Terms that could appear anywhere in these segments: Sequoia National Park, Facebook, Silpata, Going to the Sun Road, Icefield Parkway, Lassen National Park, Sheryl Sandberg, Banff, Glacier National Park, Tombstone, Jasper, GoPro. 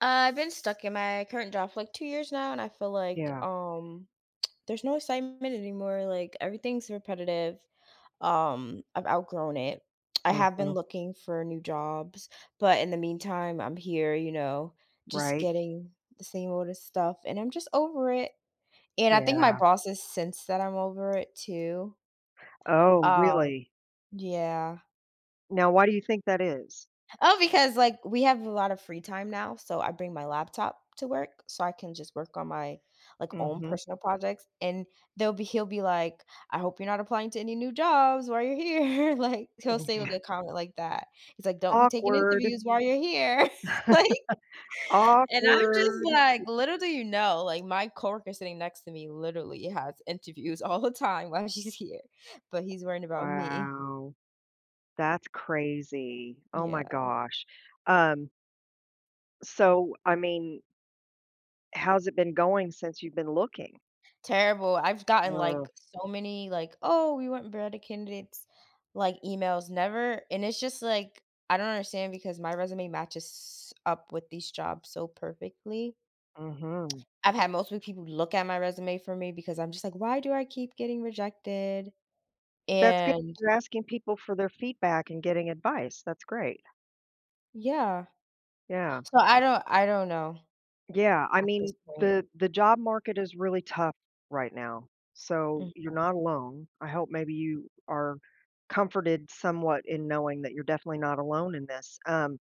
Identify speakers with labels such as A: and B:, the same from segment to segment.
A: I've been stuck in my current job for like 2 years now, and I feel like
B: Yeah,
A: there's no excitement anymore. Like everything's repetitive. I've outgrown it. I have been
B: mhm,
A: looking for new jobs, but in the meantime, I'm here, just
B: right,
A: getting the same old as stuff, and I'm just over it. And I think my
B: yeah.
A: bosses sense that I'm over it too.
B: Oh,
A: Um,
B: really?
A: yeah.
B: Now why do you think that is?
A: Oh, because like we have a lot of free time now, so I bring my laptop to work so I can just work on my like own
B: Mhm.
A: personal projects and they'll be he'll be like, I hope you're not applying to any new jobs while you're here. Like he'll say like a comment like that. He's like, don't be taking
B: Awkward,
A: interviews while you're here. Like and I'm just
B: awkward.
A: like, little do you know, like my coworker sitting next to me literally has interviews all the time while she's here. But he's worrying about me.
B: Wow, that's crazy. Oh my
A: Yeah.
B: gosh. Um, so, how's it been going since you've been looking?
A: Terrible. I've gotten, like,
B: Oh,
A: so many, like, "Oh, we want better candidates," like, emails, never and it's just, like, I don't understand because my resume matches up with these jobs so perfectly.
B: mhm.
A: I've had multiple people look at my resume for me because I'm just like, "Why do I keep getting rejected?"
B: That's good
A: And
B: you're asking people for their feedback and getting advice, that's great,
A: yeah.
B: yeah.
A: So I don't know
B: Yeah, I
A: at this
B: mean,
A: point.
B: the job market is really tough right now. So you're not alone. I hope maybe you are comforted somewhat in knowing that you're definitely not alone in this. Um,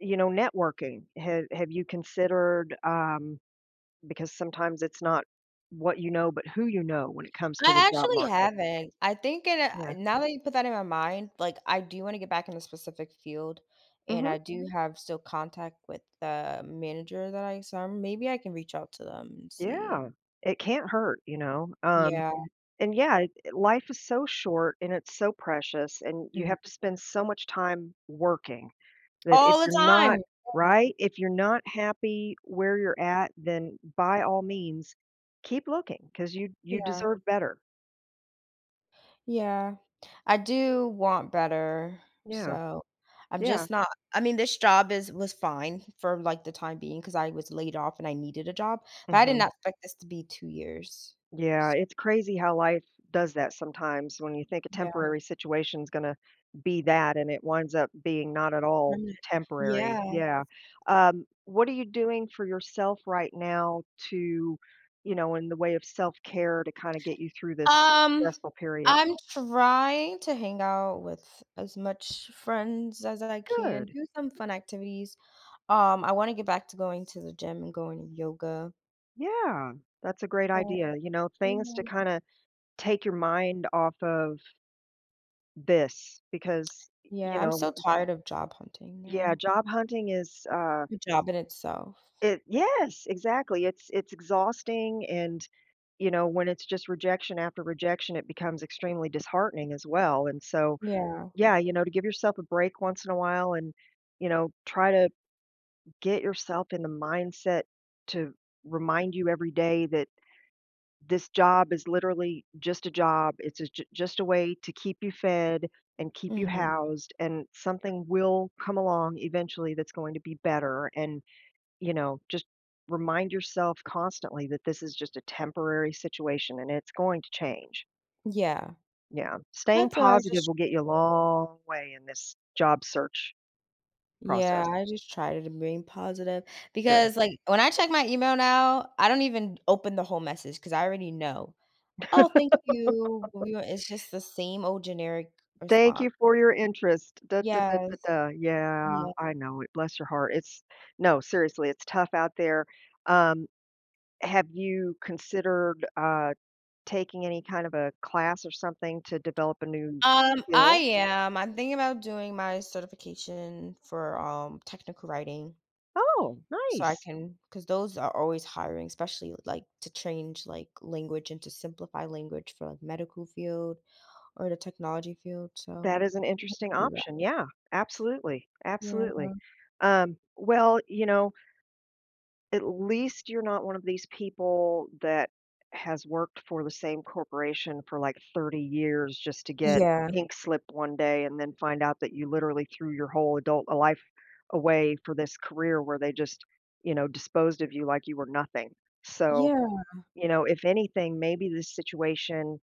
B: you know, Networking. Have you considered because sometimes it's not what you know, but who you know when it comes to the
A: I
B: job
A: actually
B: market.
A: haven't. I think it
B: Yeah.
A: now that you put that in my mind, like I do want to get back in a specific field and
B: Hmm.
A: I do. Mhm. Have still contact with the manager that I saw. Maybe I can reach out to them and see.
B: Yeah. It can't hurt,
A: Yeah.
B: And yeah, it life is so short and it's so precious, and you
A: Mhm.
B: have to spend so much time working that if
A: All the
B: you're not
A: time. Yeah.
B: right? If you're not happy where you're at, then by all means, keep looking because you
A: Yeah.
B: deserve better.
A: Yeah, I do want better.
B: Yeah,
A: So I'm
B: yeah,
A: just not. I mean this job is was fine for like the time being because I was laid off and I needed a job, but I did
B: mhm.
A: not expect this to be 2 years.
B: Yeah,
A: So
B: it's crazy how life does that sometimes when you think a
A: yeah.
B: temporary situation is gonna be that and it winds up being not at all
A: Permanent.
B: temporary.
A: Yeah.
B: Yeah. What are you doing for yourself right now to, you know, in the way of self-care to kind of get you through this
A: Um,
B: stressful period?
A: I'm trying to hang out with as much friends as I can,
B: Good.
A: do some fun activities. I want to get back to going to the gym and going to yoga,
B: Yeah. That's a great
A: but
B: idea. You know, things to
A: yeah.
B: kind of take your mind off of this because, you
A: Yeah, I'm
B: know,
A: so tired of job hunting
B: yeah,
A: now.
B: job hunting is
A: The job in itself.
B: it. Yes, exactly. It's exhausting and, you know, when it's just rejection after rejection, it becomes extremely disheartening as well, and so,
A: Yeah.
B: yeah, you know, to give yourself a break once in a while and, you know, try to get yourself in the mindset to remind you every day that this job is literally just a job. It's a ju just a way to keep you fed and keep you
A: Hmm.
B: housed, and something will come along eventually that's going to be better, and you know, just remind yourself constantly that this is just a temporary situation and it's going to change.
A: Yeah.
B: Yeah. Staying
A: That's what I
B: positive
A: just
B: will get you a long way in this job search process.
A: yeah, I just try to remain positive
B: Good.
A: because like when I check my email now, I don't even open the whole message because I already know, "Oh, thank you." Well, we were it's just the same old generic
B: Thank
A: response.
B: you for your interest. Da, da, da, da,
A: Yes.
B: da. Yeah,
A: Yeah.
B: I know it. Bless your heart. It's no, seriously, it's tough out there. Um, have you considered taking any kind of a class or something to develop a new
A: I
B: skill?
A: am. I'm thinking about doing my certification for, technical writing
B: Oh,
A: so I
B: nice.
A: can because those are always hiring, especially, like, to change, like, language and to simplify language for, like, medical field or the technology field, so
B: That is an
A: I could
B: interesting
A: do that.
B: option, yeah, absolutely,
A: Yeah.
B: absolutely. Well, you know, at least you're not one of these people that has worked for the same corporation for, like, 30 years just to get a
A: Yeah.
B: pink slip one day and then find out that you literally threw your whole adult life away for this career where they just, you know, disposed of you like you were nothing. So,
A: Yeah,
B: you know, if anything, maybe this situation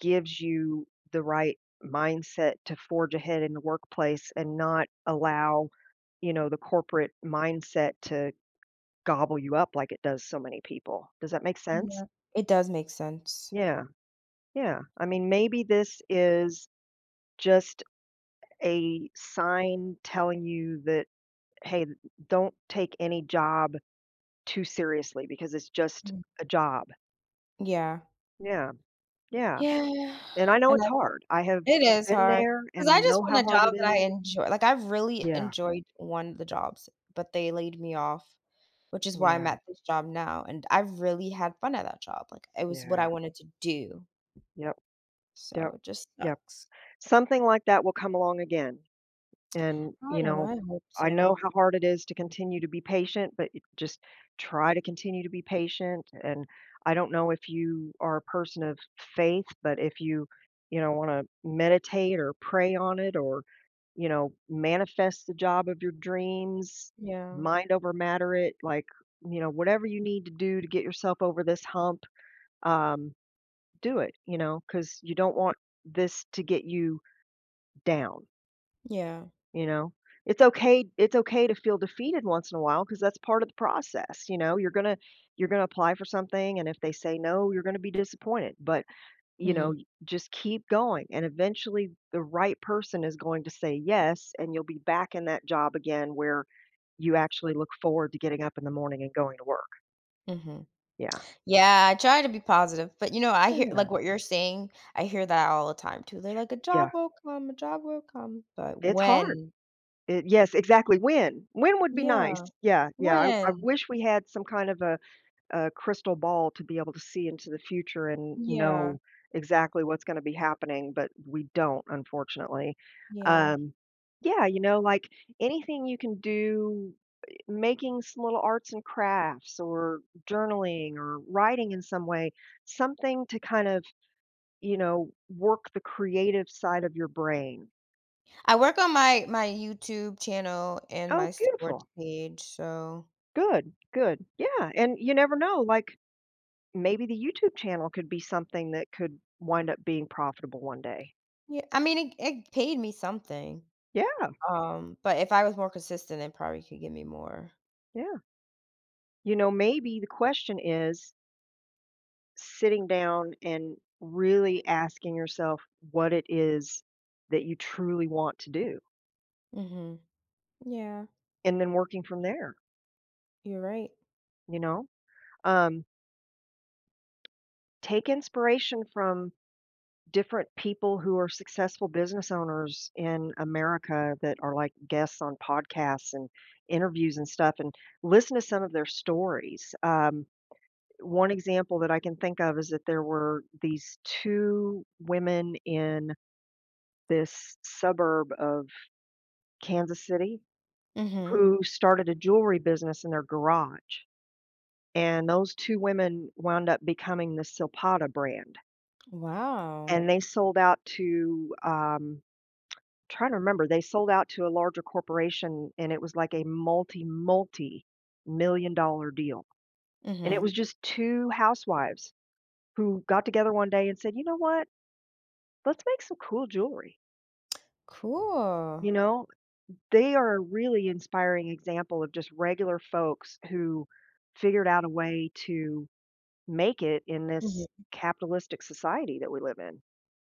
B: gives you the right mindset to forge ahead in the workplace and not allow, you know, the corporate mindset to gobble you up like it does so many people. Does that make sense?
A: yeah. It does make sense.
B: Yeah. Yeah. I mean, maybe this is just a sign telling you that, hey, don't take any job too seriously because it's just
A: Mm.
B: a job.
A: Yeah.
B: Yeah. Yeah.
A: Yeah,
B: And I know
A: and
B: it's hard. I have
A: it is
B: been
A: hard
B: there
A: because
B: and I
A: I just
B: know how
A: want a
B: hard
A: job
B: it
A: that I
B: is.
A: enjoy. Like, I've really
B: Yeah.
A: enjoyed one of the jobs, but they laid me off, which is why I'm
B: Yeah.
A: at this job now, and I have really had fun at that job. Like, it was what I
B: Yeah.
A: wanted to do,
B: Yep,
A: so
B: yep,
A: it just
B: yep.
A: sucks.
B: Something like that will come along again, and,
A: I
B: you
A: don't know,
B: know,
A: I hope
B: I know
A: so.
B: how hard it is to continue to be patient, but it just try to continue to be patient, and I don't know if you are a person of faith, but if you, you know, wanna meditate or pray on it or, you know, manifest the job of your dreams,
A: Yeah.
B: mind over matter it, like, you know, whatever you need to do to get yourself over this hump, um do it, you know, because you don't want this to get you down,
A: Yeah.
B: you know? It's okay to feel defeated once in a while because that's part of the process, you know? You're gonna apply for something, and if they say no, you're gonna be disappointed, but, you know,
A: Mhm,
B: y just keep going, and eventually the right person is going to say yes, and you'll be back in that job again where you actually look forward to getting up in the morning and going to work.
A: mhm.
B: Yeah.
A: Yeah, I try to be positive, but, you know, I hear
B: Yeah.
A: like, what you're saying, I hear that all the time too. They're like, "A job
B: Yeah.
A: will come, a job will come," but
B: It's hard.
A: when?
B: Yes, exactly. When? When would be right. Nice.
A: Yeah,
B: Yeah, yeah. I
A: when?
B: wish we had some kind of a crystal ball to be able to see into the future and
A: Yeah,
B: know exactly what's gonna be happening, but we don't, unfortunately.
A: yeah.
B: Um, yeah, you know, like, anything you can do, making some little arts and crafts or journaling or writing in some way, something to kind of, you know, work the creative side of your brain.
A: I work on my YouTube channel and my
B: Oh,
A: sports
B: beautiful.
A: page, so
B: Good, good. Yeah, and you never know, like, maybe the YouTube channel could be something that could wind up being profitable one day.
A: yeah, I mean, it paid me something,
B: Yeah,
A: but if I was more consistent, it probably could give me more.
B: yeah. You know, maybe the question is sitting down and really asking yourself what it is that you truly want to do
A: Mhm. Yeah,
B: and then working from there,
A: you're right.
B: you know? Um, take inspiration from different people who are successful business owners in America that are like guests on podcasts and interviews and stuff and listen to some of their stories. One example that I can think of is that there were these two women in this suburb of Kansas City
A: Mhm.
B: who started a jewelry business in their garage. And those two women wound up becoming the Silpata brand.
A: Wow.
B: And they sold out to trying to remember, they sold out to a larger corporation, and it was like a multi-million-dollar deal. And it was
A: Mhm.
B: just 2 housewives who got together one day and said, "You know what? Let's make some cool jewelry." You
A: Cool.
B: know, they are a really inspiring example of just regular folks who figured out a way to make it in this
A: Mhm.
B: capitalistic society that we live in.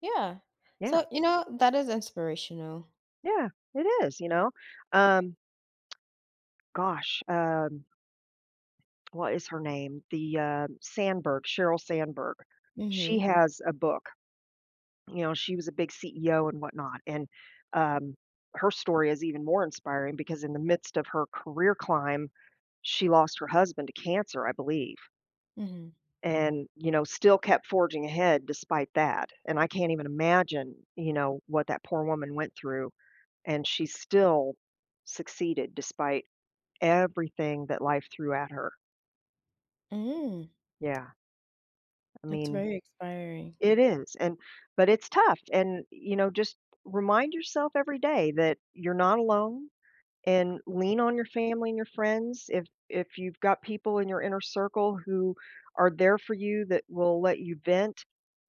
A: Yeah.
B: Yeah,
A: So, you know, that is inspirational.
B: yeah, it is, you know? Um, gosh, um what is her name? Sandberg, Sheryl Sandberg. She
A: Mhm.
B: has a book. You know, she was a big CEO and whatnot, and, um, her story is even more inspiring because in the midst of her career climb, she lost her husband to cancer, I believe,
A: Mhm.
B: and, you know, still kept forging ahead despite that, and I can't even imagine, you know, what that poor woman went through, and she still succeeded despite everything that life threw at her.
A: Mm.
B: Yeah, I
A: That's
B: mean
A: very inspiring.
B: it is, and but it's tough, and, you know, just remind yourself every day that you're not alone, and lean on your family and your friends. If you've got people in your inner circle who are there for you that will let you vent,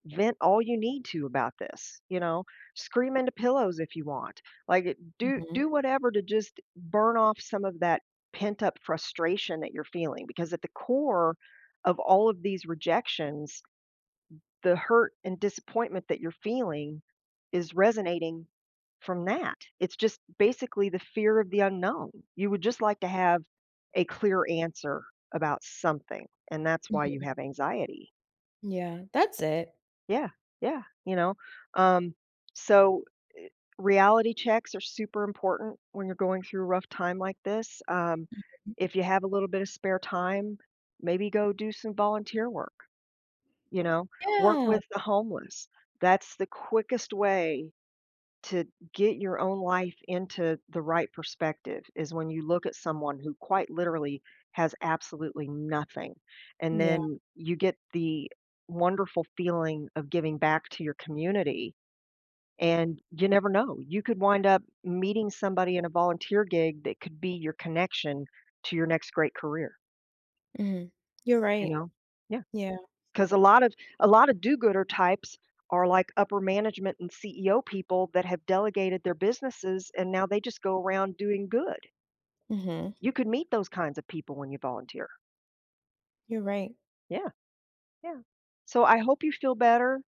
B: vent all you need to about this, you know? Scream into pillows if you want. Like, it do
A: Mhm.
B: do whatever to just burn off some of that pent-up frustration that you're feeling, because at the core of all of these rejections the hurt and disappointment that you're feeling is resonating from that. It's just basically the fear of the unknown. You would just like to have a clear answer about something, and that's why you
A: Mhm.
B: have anxiety.
A: Yeah, that's it.
B: Yeah, yeah, you know. Um, so reality checks are super important when you're going through a rough time like this. If you have a little bit of spare time, maybe go do some volunteer work, you know? Work
A: Yeah.
B: with the homeless. That's the quickest way to get your own life into the right perspective is when you look at someone who quite literally has absolutely nothing. And
A: Yeah.
B: then you get the wonderful feeling of giving back to your community. And you never know, you could wind up meeting somebody in a volunteer gig that could be your connection to your next great career,
A: Mhm. You're
B: you
A: right.
B: know? Yeah.
A: Yeah,
B: Because a lot of do-gooder types are like upper management and CEO people that have delegated their businesses and now they just go around doing good.
A: mhm.
B: You could meet those kinds of people when you volunteer.
A: You're right.
B: Yeah, yeah. So I hope you feel better.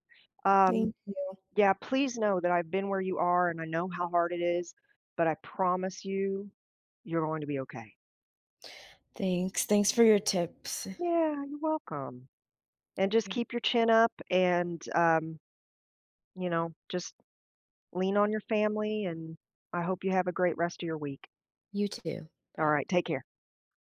B: Um,
A: Thank you.
B: yeah, please know that I've been where you are and I know how hard it is, but I promise you, you're going to be okay.
A: Thanks. Thanks for your tips. Thank
B: Yeah, you're welcome. And just
A: you.
B: keep your chin up and, you know, just lean on your family, and I hope you have a great rest of your week.
A: You too. Bye.
B: All right, take care.